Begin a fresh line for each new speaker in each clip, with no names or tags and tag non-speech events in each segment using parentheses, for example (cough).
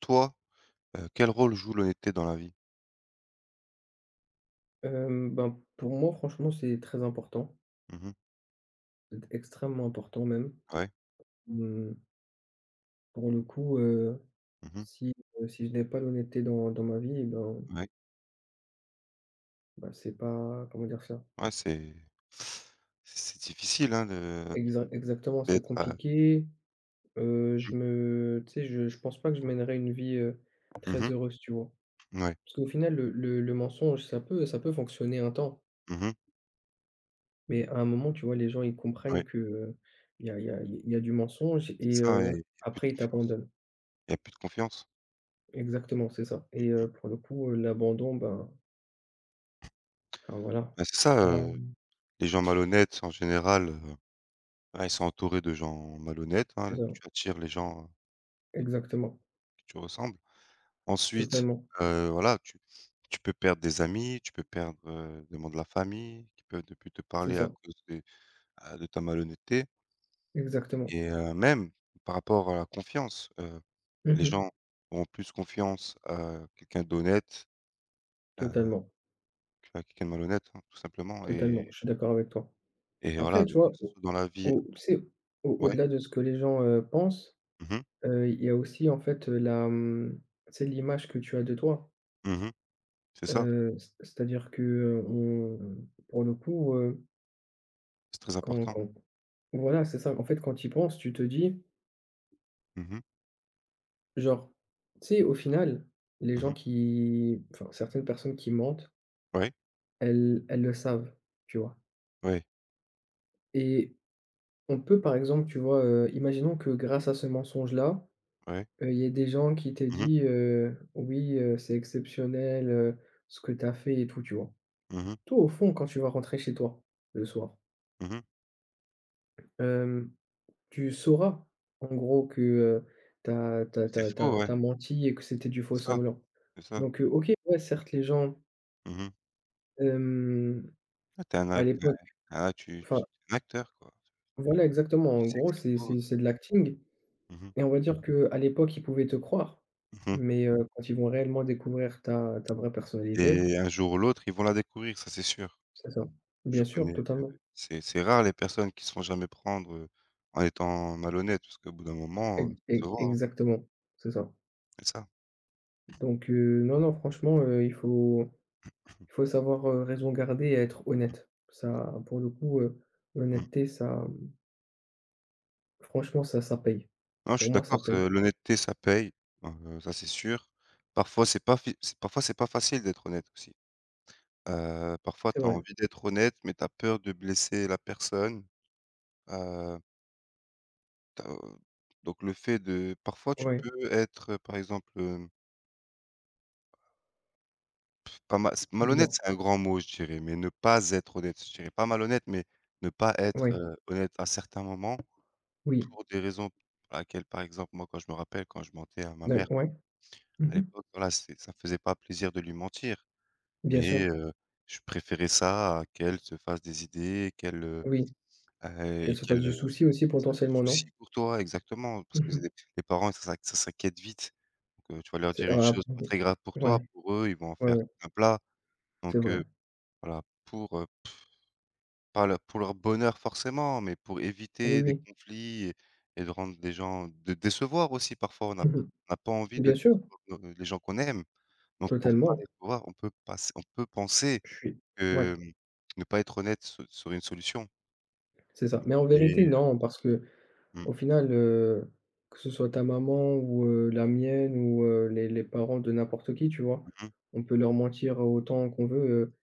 Toi, quel rôle joue l'honnêteté dans la vie?
Ben, pour moi, franchement, c'est très important.
Mmh.
C'est extrêmement important même.
Ouais.
Mmh. Mmh, pour le coup,
Mmh.
si, si je n'ai pas l'honnêteté dans ma vie, eh ben,
Ouais.
bah, c'est pas comment dire ça.
Ouais, c'est difficile, hein, de
Exactement, c'est
d'être,
compliqué, je
mmh
me tu sais, je pense pas que je mènerais une vie,
mh.
très
Mmh.
heureuse, tu vois?
Ouais.
Parce qu'au final, le mensonge, ça peut fonctionner un temps,
Mmh.
mais à un moment, tu vois, les gens, ils
Ouais.
comprennent que, il y a il y a il y a du mensonge et
C'est ça, ouais, il y a plus de
après ils
confiance.
t'abandonnent.
Il y a plus de confiance.
Exactement, c'est ça et pour le coup, l'abandon, ben, enfin voilà,
Bah, c'est
c'est
ça,
pas
les gens malhonnêtes en général, bah, ils sont entourés de gens malhonnêtes,
c'est
hein,
ça.
tu attires les gens avec
Exactement,
qui tu ressembles. Ensuite,
totalement,
voilà, tu peux perdre des amis, tu peux perdre, des membres de la famille qui peuvent ne plus te
c'est
parler à
ça,
cause de ta malhonnêteté.
exactement.
Et même par rapport à la confiance, les
Mmh.
gens auront plus confiance à quelqu'un d'honnête, heu,
Totalement,
qu'à quelqu'un de malhonnête, hein, tout simplement
totalement, je suis d'accord avec toi.
et voilà,
Après, tu
donc que
vois,
ce
au
soit dans la vie.
au tu sais, au
Ouais.
au-delà de ce que les gens, pensent,
Mmh mh.
il y a aussi en fait, la, mmh, tu l'image que tu as de toi.
Mmh. C'est ça,
C'est-à-dire que, on pour le coup,
c'est très
quand
important.
quand voilà, c'est ça. En fait, quand tu y penses, tu te dis,
Mmh mh.
genre, tu sais, au final, les gens
Mmh.
qui enfin, certaines personnes qui mentent,
Ouais,
elles le savent, tu vois?
ouais,
Et on peut, par exemple, tu vois, imaginons que grâce à ce mensonge-là,
ouais.
il y ait des gens qui t'aient
Mmh mh.
dit, «Oui, c'est exceptionnel, ce que tu as fait et tout», tu vois?
Mmh.
Toi, au fond, quand tu vas rentrer chez toi le soir,
Mmh.
hem, tu sauras, en gros, que, t'as, t'as,
C'est
t'as
faux,
as
ouais,
tu menti et que c'était du faux
c'est ça,
semblant.
c'est ça.
Donc, OK, ouais, certes, les gens,
Mmh.
hem
Ah t'es un
à
act
l'époque,
ah tu
enfin,
tu es un acteur, quoi.
voilà exactement,
Tu
en
sais que
gros,
c'est
c'est
faux.
c'est c'est de l'acting
Mmh mh.
et on va dire qu'à l'époque, ils pouvaient te croire,
Mmh.
mais quand ils vont réellement découvrir ta vraie personnalité.
Et un jour ou l'autre, ils vont la découvrir, ça c'est sûr.
C'est ça.
Je
Bien sûr,
connais,
totalement.
c'est rare les personnes qui se font jamais prendre, en étant malhonnêtes parce qu'au bout d'un moment,
Ex
ça se
ex
voit, hein,
exactement, c'est ça.
c'est ça.
Donc non, non, franchement, il faut savoir, raison garder et être honnête. Ça, pour le coup,
Mmh.
l'honnêteté, ça, franchement, ça paye.
Non, je
Pour
suis
moi, ça
d'accord que
paye.
l'honnêteté ça paye, ça c'est sûr. Parfois c'est pas facile d'être honnête aussi. Parfois
C'est
tu as
vrai.
envie d'être honnête, mais tu as peur de blesser la personne. Heu, tu as donc le fait de parfois tu
Ouais.
peux être, par exemple, hem Pas ma c malhonnête,
Dis-moi.
c'est un grand mot, je dirais, mais ne pas être honnête, je dirais pas malhonnête, mais ne pas être,
Ouais.
honnête à certains moments
Oui.
pour des raisons pour laquelle, par exemple, moi, quand je mentais à ma
Heu,
mère
ouais. Mmh
à
mh.
l'époque, voilà, c'est ça me faisait pas plaisir de lui mentir,
Bien
mais
sûr.
je préférais ça à qu'elle se fasse des idées, qu'elle,
Oui. Qu'elle
et
se fasse
qu'elle,
du souci aussi
se fasse du
potentiellement, non?
souci pour toi, exactement, parce
Mmh
que c'est
mh.
des les parents, ça s'inquiète vite, donc tu vas leur
C'est
dire une
ah p
chose pas très grave pour
ouais,
toi, pour eux, ils vont en
ouais,
faire
ouais,
un plat, donc
c'est vrai.
voilà, pour, Pas le pour leur bonheur forcément, mais pour
Oui,
éviter des
oui.
conflits et de rendre les gens de décevoir aussi parfois.
Mmh mh.
On n'a pas envie de
Bien sûr,
décevoir nos les gens qu'on aime. Donc pour pas
totalement.
les décevoir, on peut penser
Je suis ouais,
que, ne pas être honnête se serait une solution.
c'est ça. Mais en
Mais
vérité, non, parce
mmh,
qu'au final, que ce soit ta maman ou, la mienne ou, les parents de n'importe qui, tu vois?
mmh,
On peut leur mentir autant qu'on veut,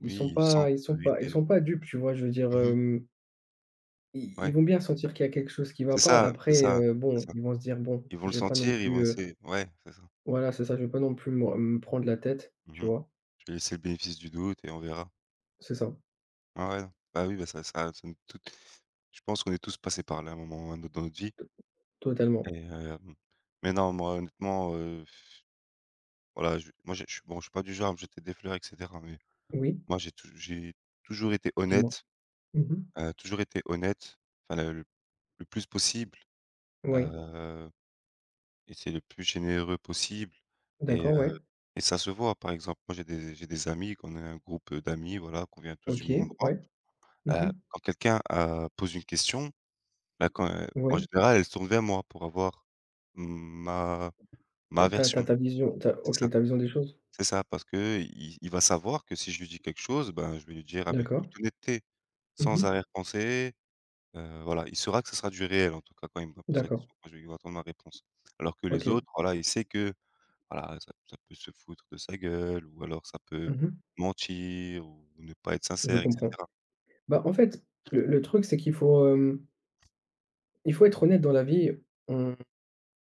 ils
oui,
sont
ils sentent
pas ils
la
sont pas ils
vérité.
sont pas dupes, tu vois? Je veux dire,
Mmh.
ils
Ouais.
vont bien sentir qu'il y a quelque chose qui va
C'est
pas.
ça, c'est
Après,
ça, c'est
bon,
ça.
ils vont se dire: «Bon,
Ils vont le
je vais pas non
sentir, ils
plus,
vont
heu»
essayer ouais, c'est ça.
Voilà, c'est ça, je veux pas non plus me prendre la tête, tu
Mmh.
vois?
Je vais laisser le bénéfice du doute et on verra.
C'est ça,
Ouais, ouais, non. Bah, oui, bah, ça ça ça nous toutes je pense qu'on est tous passés par là à un moment ou à un autre dans notre vie
to totalement.
et mais non, moi, honnêtement, voilà, je moi, je suis bon, je suis pas du genre à me jeter des fleurs et cetera, mais
Oui,
moi, j'ai toujours été
dis-moi.
honnête,
Mmh mh.
toujours été honnête, enfin, le plus possible,
Ouais,
heu, essayer le plus généreux possible et
d'accord,
heu
ouais.
et ça se voit. Par exemple, moi, j'ai des amis, qu'on est un groupe, d'amis, voilà, qu'on vient tous du
OK,
même endroit.
ouais. Mmh mh.
Quand quelqu'un, pose une question Bah, quand, en
Oui.
général, elles se tournent vers moi pour avoir ma
P
ma
tu as
version.
ta vision tu
C'est
OK,
ça,
ta vision des choses.
c'est ça, parce qu'il il va savoir que si je lui dis quelque chose, ben, je vais lui dire avec
D'accord.
toute honnêteté,
Mmh
sans
mh.
arrière-pensée, voilà. Il saura que ce sera du réel, en tout cas, quand il me pose la
D'accord.
question, quand je il va attendre ma réponse. Alors que les
OK.
autres, voilà, il sait que, voilà, ça peut se foutre de sa gueule ou alors ça peut
Mmh mh.
mentir ou ne pas être
Je
sincère et
comprends.
cetera.
Bah, en fait, le truc, c'est qu'il faut, il faut être honnête dans la vie, on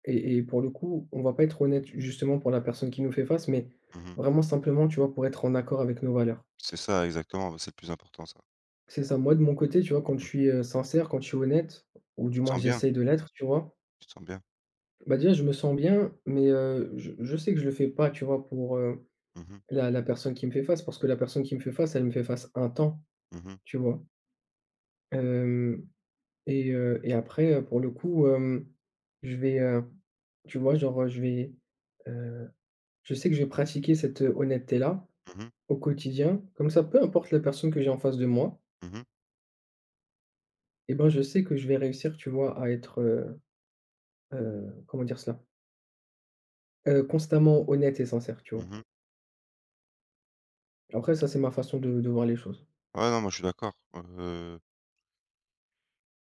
et pour le coup, on va pas être honnête justement pour la personne qui nous fait face, mais
Mmh mh.
vraiment simplement, tu vois, pour être en accord avec nos valeurs.
C'est ça, exactement, bah, c'est le plus important, ça.
C'est ça. Moi, de mon côté, tu vois, quand je
Mmh mh.
suis, sincère, quand je suis honnête, ou du
Tu te
moins
sens bien,
j'essaye de l'être, tu vois?
tu te sens bien.
Bah, déjà, je me sens bien, mais, je sais que je le fais pas, tu vois, pour,
Mmh mh.
la personne qui me fait face, parce que la personne qui me fait face, elle me fait face un temps,
Mmh mh.
tu vois? Hem et après, pour le coup, je vais, heu, tu vois, genre, heu, je sais que je vais pratiquer cette, honnêteté-là
Mmh mh.
au quotidien. Comme ça, peu importe la personne que j'ai en face de moi,
Mmh mh.
et ben, je sais que je vais réussir, tu vois, à être, comment dire cela? Constamment honnête et sincère, tu vois?
Mmh mh.
Après ça, c'est ma façon de voir les choses.
Ouais, non, moi, je suis d'accord.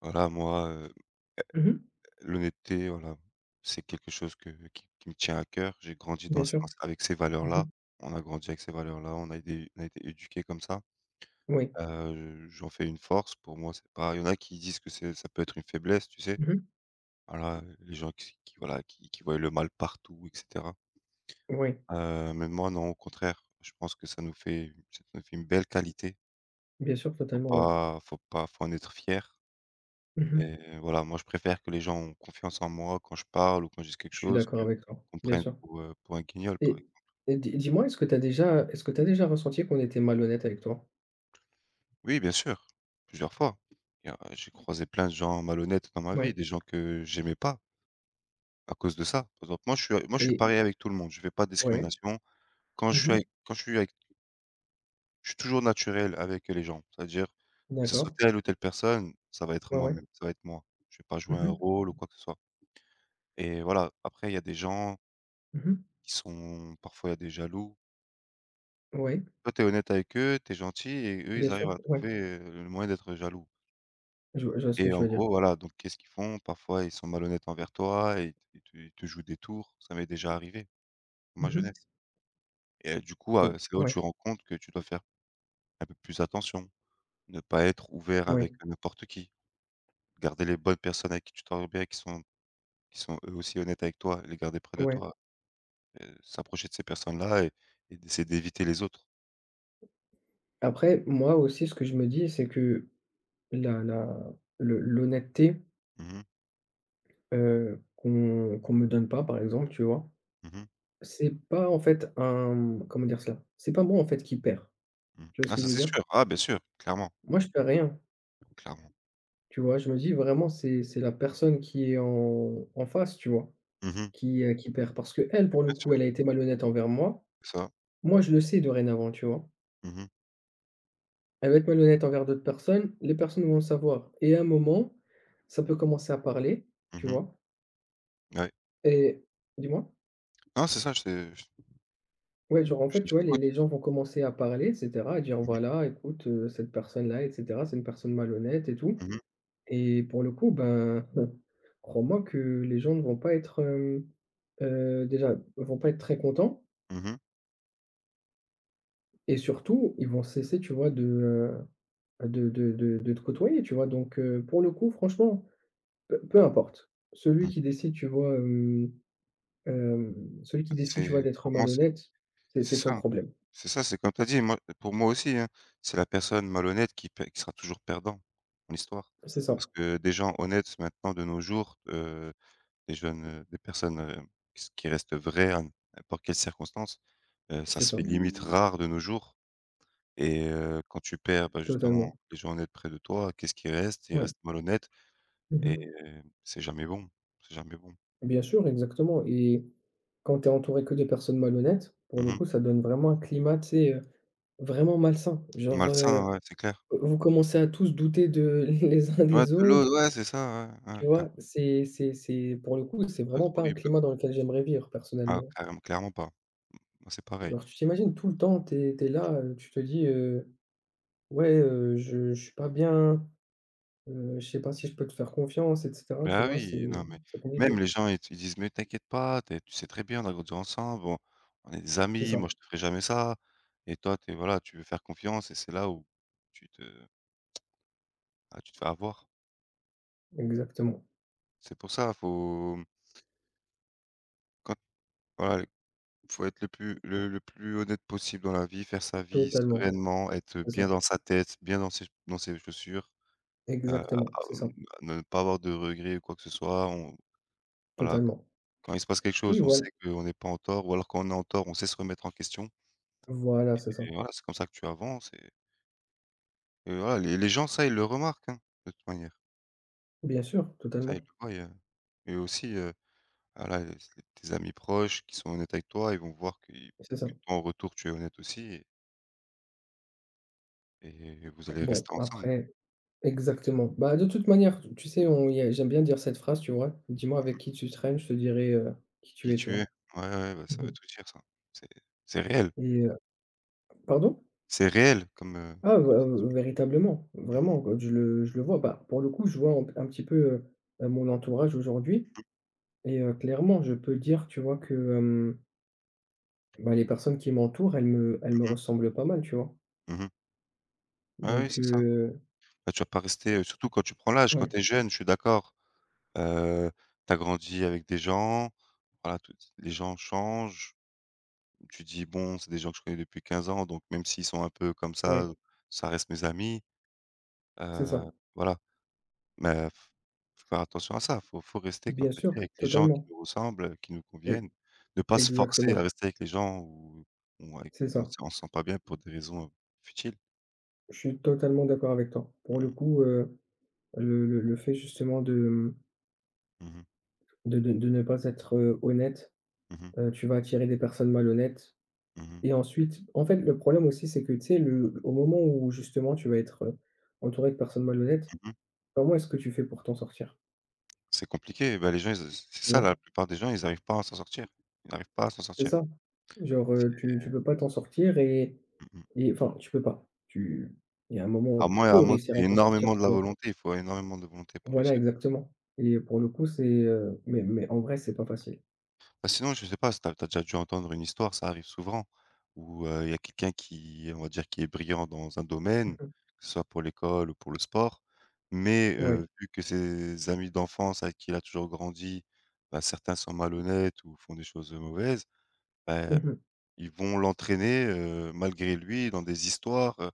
Voilà, moi,
Mmh mh.
l'honnêteté, voilà, c'est quelque chose que qui me tient à cœur. J'ai grandi
Bien sûr.
dans c avec ces
Mmh
valeurs-là.
mh.
On a grandi avec ces valeurs-là. On a été éduqués comme ça.
Oui.
J'en fais une force. Pour moi, c'est pas il y en a qui disent que c'est ça peut être une faiblesse, tu sais?
Mmh mh.
Voilà, les gens voilà, qui voient le mal partout et cetera.
Oui.
Mais moi, non, au contraire, je pense que ça nous fait une belle qualité.
Bien sûr,
Faut
totalement, ouais.
pas faut pas faut en être fier.
Mmh mh.
Et voilà, moi, je préfère que les gens ont confiance en moi quand je parle ou quand je dis quelque
Je suis
chose
d'accord
que
avec toi.
qu'on me
Bien
prenne
sûr
pour un guignol, par
et
exemple.
et dis-moi, est-ce que tu as déjà ressenti qu'on était malhonnête avec toi?
Oui, bien sûr, plusieurs fois. Il y a j'ai croisé plein de gens malhonnêtes dans ma
Ouais
vie, des gens que j'aimais pas à cause de ça. Par exemple, moi, je suis
et
pareil avec tout le monde, je fais pas de
ouais.
discrimination. Quand je
Mmh
suis
mh.
avec quand je suis avec je suis toujours naturel avec les gens. C'est-à-dire que ce soit
D'accord.
telle ou telle personne,
Ouais, ouais.
ça va être moi. Je vais pas
Mmh
jouer un
mh.
rôle ou quoi que ce soit. Et voilà, après il y a des gens
Mmh mh.
qui sont parfois il y a des jaloux.
Ouais,
Toi, tu es honnête avec eux, tu es gentil et eux, ils
bien
Mmh.
sûr,
arrivent à
ouais.
trouver, le moyen d'être jaloux
Je vois ce que
et
tu
en
veux dire.
gros, voilà, donc qu'est-ce qu'ils font? Parfois, ils sont malhonnêtes envers toi et ils te jouent des tours. Ça m'est déjà arrivé, dans ma
Mmh mh.
jeunesse et
O
c'est là où
ouais,
tu rends compte que tu dois faire un peu plus attention. Ne pas être ouvert
ouais,
avec n'importe qui. Garder les bonnes personnes avec qui tu t'entends bien, qui sont eux aussi honnêtes avec toi, les garder près de
ouais.
toi, s'approcher de ces personnes-là et d'essayer d'éviter les autres.
Après moi aussi, ce que je me dis, c'est que La la le l'honnêteté,
Mmh mh.
qu'on me donne pas, par exemple, tu vois?
Mmh.
C'est pas, en fait, un comment dire cela? C'est pas moi, en fait, qui perds.
Mmh.
Tu vois ce
Ah
que
ça,
je veux
c'est
dire?
sûr. Ah bien sûr, clairement,
Moi, je perds rien,
clairement.
tu vois? Je me dis vraiment c'est la personne qui est en face, tu vois?
Mmh.
Qui perd parce que elle
Oui,
pour le
bien
coup,
sûr,
elle a été malhonnête envers moi.
c'est ça.
Moi, je le sais dorénavant, tu vois?
Mmh mh.
Elle va être malhonnête envers d'autres personnes, les personnes vont le savoir et à un moment, ça peut commencer à parler, tu
Mmh mh.
vois?
Ouais.
Et dis-moi?
Non, c'est ça,
Ouais, genre, en fait, tu
je
vois, les
t'écoute.
les gens vont commencer à parler et cetera, à dire:
Mmh mh.
«Voilà, écoute, cette personne-là et cetera, c'est une personne malhonnête et tout»
Mmh mh.
et pour le coup, ben, (laughs) crois-moi que les gens ne vont pas être, déjà, vont pas être très contents et surtout, ils vont cesser, tu vois, de te côtoyer, tu vois? Donc pour le coup, franchement, peu importe.
Mmh
Celui qui
mh.
décide, tu vois, hem, celui qui décide, tu
C'est
vois, d'être
pour moi, c'est
malhonnête, c'est
c'est
son
ça, hein.
problème.
C'est ça, c'est comme tu as dit, moi pour moi aussi, hein, c'est la personne malhonnête qui sera toujours perdant dans l'histoire.
C'est ça,
Parce que des gens honnêtes maintenant de nos jours, des jeunes, des personnes, qui restent vraies à n'importe quelle circonstance, ça
c'est
se fait
ça,
limite Mmh. rare de nos jours et quand tu perds, bah, justement
totalement.
les gens honnêtes près de toi, qu'est-ce qui reste? Il
Ouais.
reste malhonnête. Et
Mmh.
c'est jamais bon, c'est jamais bon.
Bien sûr, exactement et quand tu es entouré que de personnes malhonnêtes, pour
Mmh
le
mh.
coup, ça donne vraiment un climat, tu sais, vraiment malsain. Genre,
Malsain, ouais, c'est clair.
vous commencez à tous douter de (laughs) les uns
Ouais,
des
de l'eau,
autres,
ouais, c'est ça, ouais, ouais, ouais,
tu
clair.
vois? C'est pour le coup, c'est
Ça doit
vraiment
être
pas un
horrible.
climat dans lequel j'aimerais vivre
Ah,
personnellement.
clairement clairement pas. Moi, c'est pareil.
Alors tu t'imagines tout le temps, t'es es là, tu te dis, «Ouais, je suis pas bien, je sais pas si je peux te faire confiance» et cetera, tu
Bah,
vois? C'est
oui, non, mais
c'est
même
compliqué.
les gens, ils disent: «Mais t'inquiète pas, tu sais très bien, on a grandi ensemble, on est des
C'est
amis,
ça,
moi, je te ferai jamais ça» et toi, tu es voilà, tu veux faire confiance et c'est là où tu te ah, tu te fais avoir.
exactement,
C'est pour ça, faut quand voilà faut être le plus honnête possible dans la vie, faire sa vie Mmh.
totalement,
sereinement, être
c'est ça,
bien dans sa tête, bien dans ses chaussures, à
exactement, c'est ça.
ne pas avoir de regrets ou quoi que ce soit. On voilà,
Totalement.
quand il se passe quelque
Oui,
chose, on
voilà.
sait qu'on n'est pas en tort ou alors quand on est en tort, on sait se remettre en question
Voilà, c'est ça.
et voilà, c'est comme ça que tu avances et voilà, les gens ça, ils le remarquent, hein, de toute manière.
Bien sûr,
Ça, ils
totalement.
le voient et aussi, voilà, les tes amis proches qui sont honnêtes avec toi, ils vont voir qu'ils
C'est ça.
que toi, en retour, tu es honnête aussi et vous allez
Bon,
rester ensemble.
après exactement. Bah, de toute manière, t tu sais, on y a j'aime bien dire cette phrase, tu vois? «Dis-moi avec qui tu traînes, je te dirai, qui tu
Qui
es», tu
tu
vois?
es? Ouais, ouais, bah, ça
Mmh.
veut tout dire ça. C'est c'est réel,
Et pardon?
c'est réel comme,
Ah, bah,
ça.
véritablement, vraiment, je le vois. Bah, pour le coup, je vois un petit peu, mon entourage aujourd'hui et clairement, je peux dire, tu vois, que, bah, les personnes qui m'entourent, elles me
Mmh.
ressemblent pas mal, tu vois?
Mmh mh. Ouais, oui,
Donc
c'est ça. Bah, tu vas pas rester, surtout quand tu prends l'âge, quand
ouais,
tu es jeune, je suis d'accord. Heu, tu as grandi avec des gens, voilà, tout les gens changent. Tu dis: «Bon, c'est des gens que je connais depuis 15 ans, donc même s'ils sont un peu comme
ouais,
ça reste mes amis».
c'est
Heu,
ça.
voilà. Mais f faut faire attention à ça, faut rester comme
Bien
tu as dit
sûr,
avec les gens qui
totalement.
nous ressemblent, qui nous
E
conviennent, ne pas se forcer
exactement,
à rester avec les gens où avec
c'est ça.
on se sent pas bien pour des raisons, futiles.
Je suis totalement d'accord avec toi. Pour le
Mmh.
coup, le fait justement de,
Mmh.
de ne pas être, honnête,
Mmh mh.
tu vas attirer des personnes malhonnêtes
Mmh mh.
et ensuite en fait, le problème aussi, c'est que, tu sais, le au moment où justement tu vas être, entouré de personnes malhonnêtes,
Mmh mh.
comment est-ce que tu fais pour t'en sortir?
C'est compliqué, bah, les gens ils a c'est
Tu
ça
vois?
la plupart des gens, ils arrivent pas à s'en sortir. Ils arrivent pas à s'en
C'est
sortir.
ça. Genre, tu peux pas t'en sortir et
Mmh mh.
et enfin, tu peux pas. Tu il y a un moment où tu peux
À moins que
réussir à
tu aies
t'en sortir,
énormément
tu
de la
vois?
volonté, il faut énormément de volonté pour
Voilà,
réussir.
exactement et pour le coup, c'est, mais en vrai, c'est pas facile.
Bah, sinon, je sais pas si tu as déjà dû entendre une histoire, ça arrive souvent, où, il y a quelqu'un qui, on va dire, qui est brillant dans un
Mmh
domaine,
mh.
que ce soit pour l'école ou pour le sport, mais
Ouais.
vu que ses amis d'enfance avec qui il a toujours grandi, bah, certains sont malhonnêtes ou font des choses, mauvaises, bah,
Mmh mh.
ils vont l'entraîner, malgré lui dans des histoires,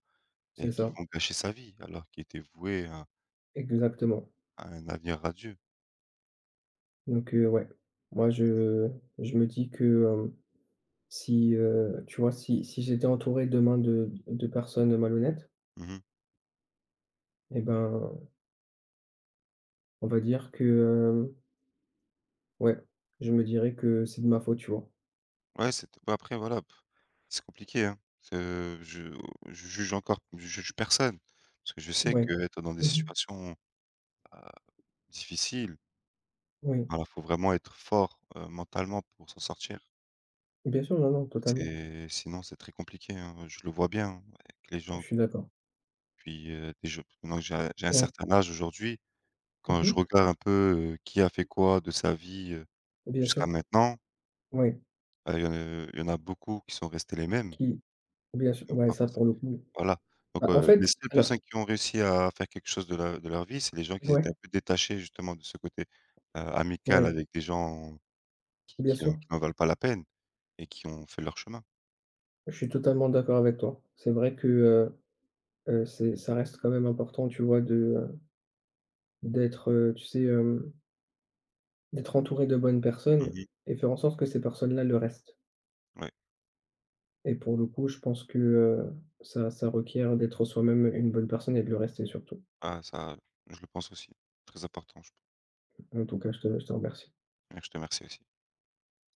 et
C'est
qui
ça,
vont gâcher sa vie alors qu'il était voué
exactement.
à un avenir radieux.
Donc ouais, moi, je me dis que, si, tu vois, si j'étais entouré demain de personnes malhonnêtes
Mmh.
et ben, on va dire que, ouais, je me dirais que c'est de ma faute, tu vois?
Ouais, c'est bah, après voilà, c'est compliqué, hein. Ce je juge encore je juge personne, parce que je sais
Ouais.
qu'être dans des
Mmh mh.
situations difficiles,
Oui.
voilà, faut vraiment être fort, mentalement pour s'en sortir.
Bien sûr, non, non, totalement.
C'est très compliqué, hein, je le vois bien, hein, avec les
Je
gens que-
suis d'accord.
puis, des je maintenant que j'ai un
Ouais.
certain âge aujourd'hui,
Mmh
quand je
mh.
regarde un peu, qui a fait quoi de sa vie,
Bien
jusqu'à
sûr.
maintenant,
Ouais,
bah, il y en a beaucoup qui sont restés les mêmes,
qui bien sûr, ouais,
pas
ça, pour
forcément.
le coup
Voilà, donc
bah, en
les
fait,
seules
alors.
personnes qui ont réussi à faire quelque chose de leur vie, c'est les gens qui
Ouais,
étaient un peu détachés justement de ce côté, amical
ouais,
avec des gens
bien sûr.
qui n'en valent pas la peine et qui ont fait leur chemin.
Je suis totalement d'accord avec toi. C'est vrai que, c'est ça reste quand même important, tu vois, de, d'être, tu sais, hem, d'être entouré de bonnes personnes
Mmh.
et faire en sorte que ces personnes-là le restent
Ouais.
et pour le coup, je pense que, ça requiert d'être soi-même une bonne personne et de le rester surtout.
Ah ça, je le pense aussi. Très important,
En tout cas, je te remercie.
je te remercie aussi.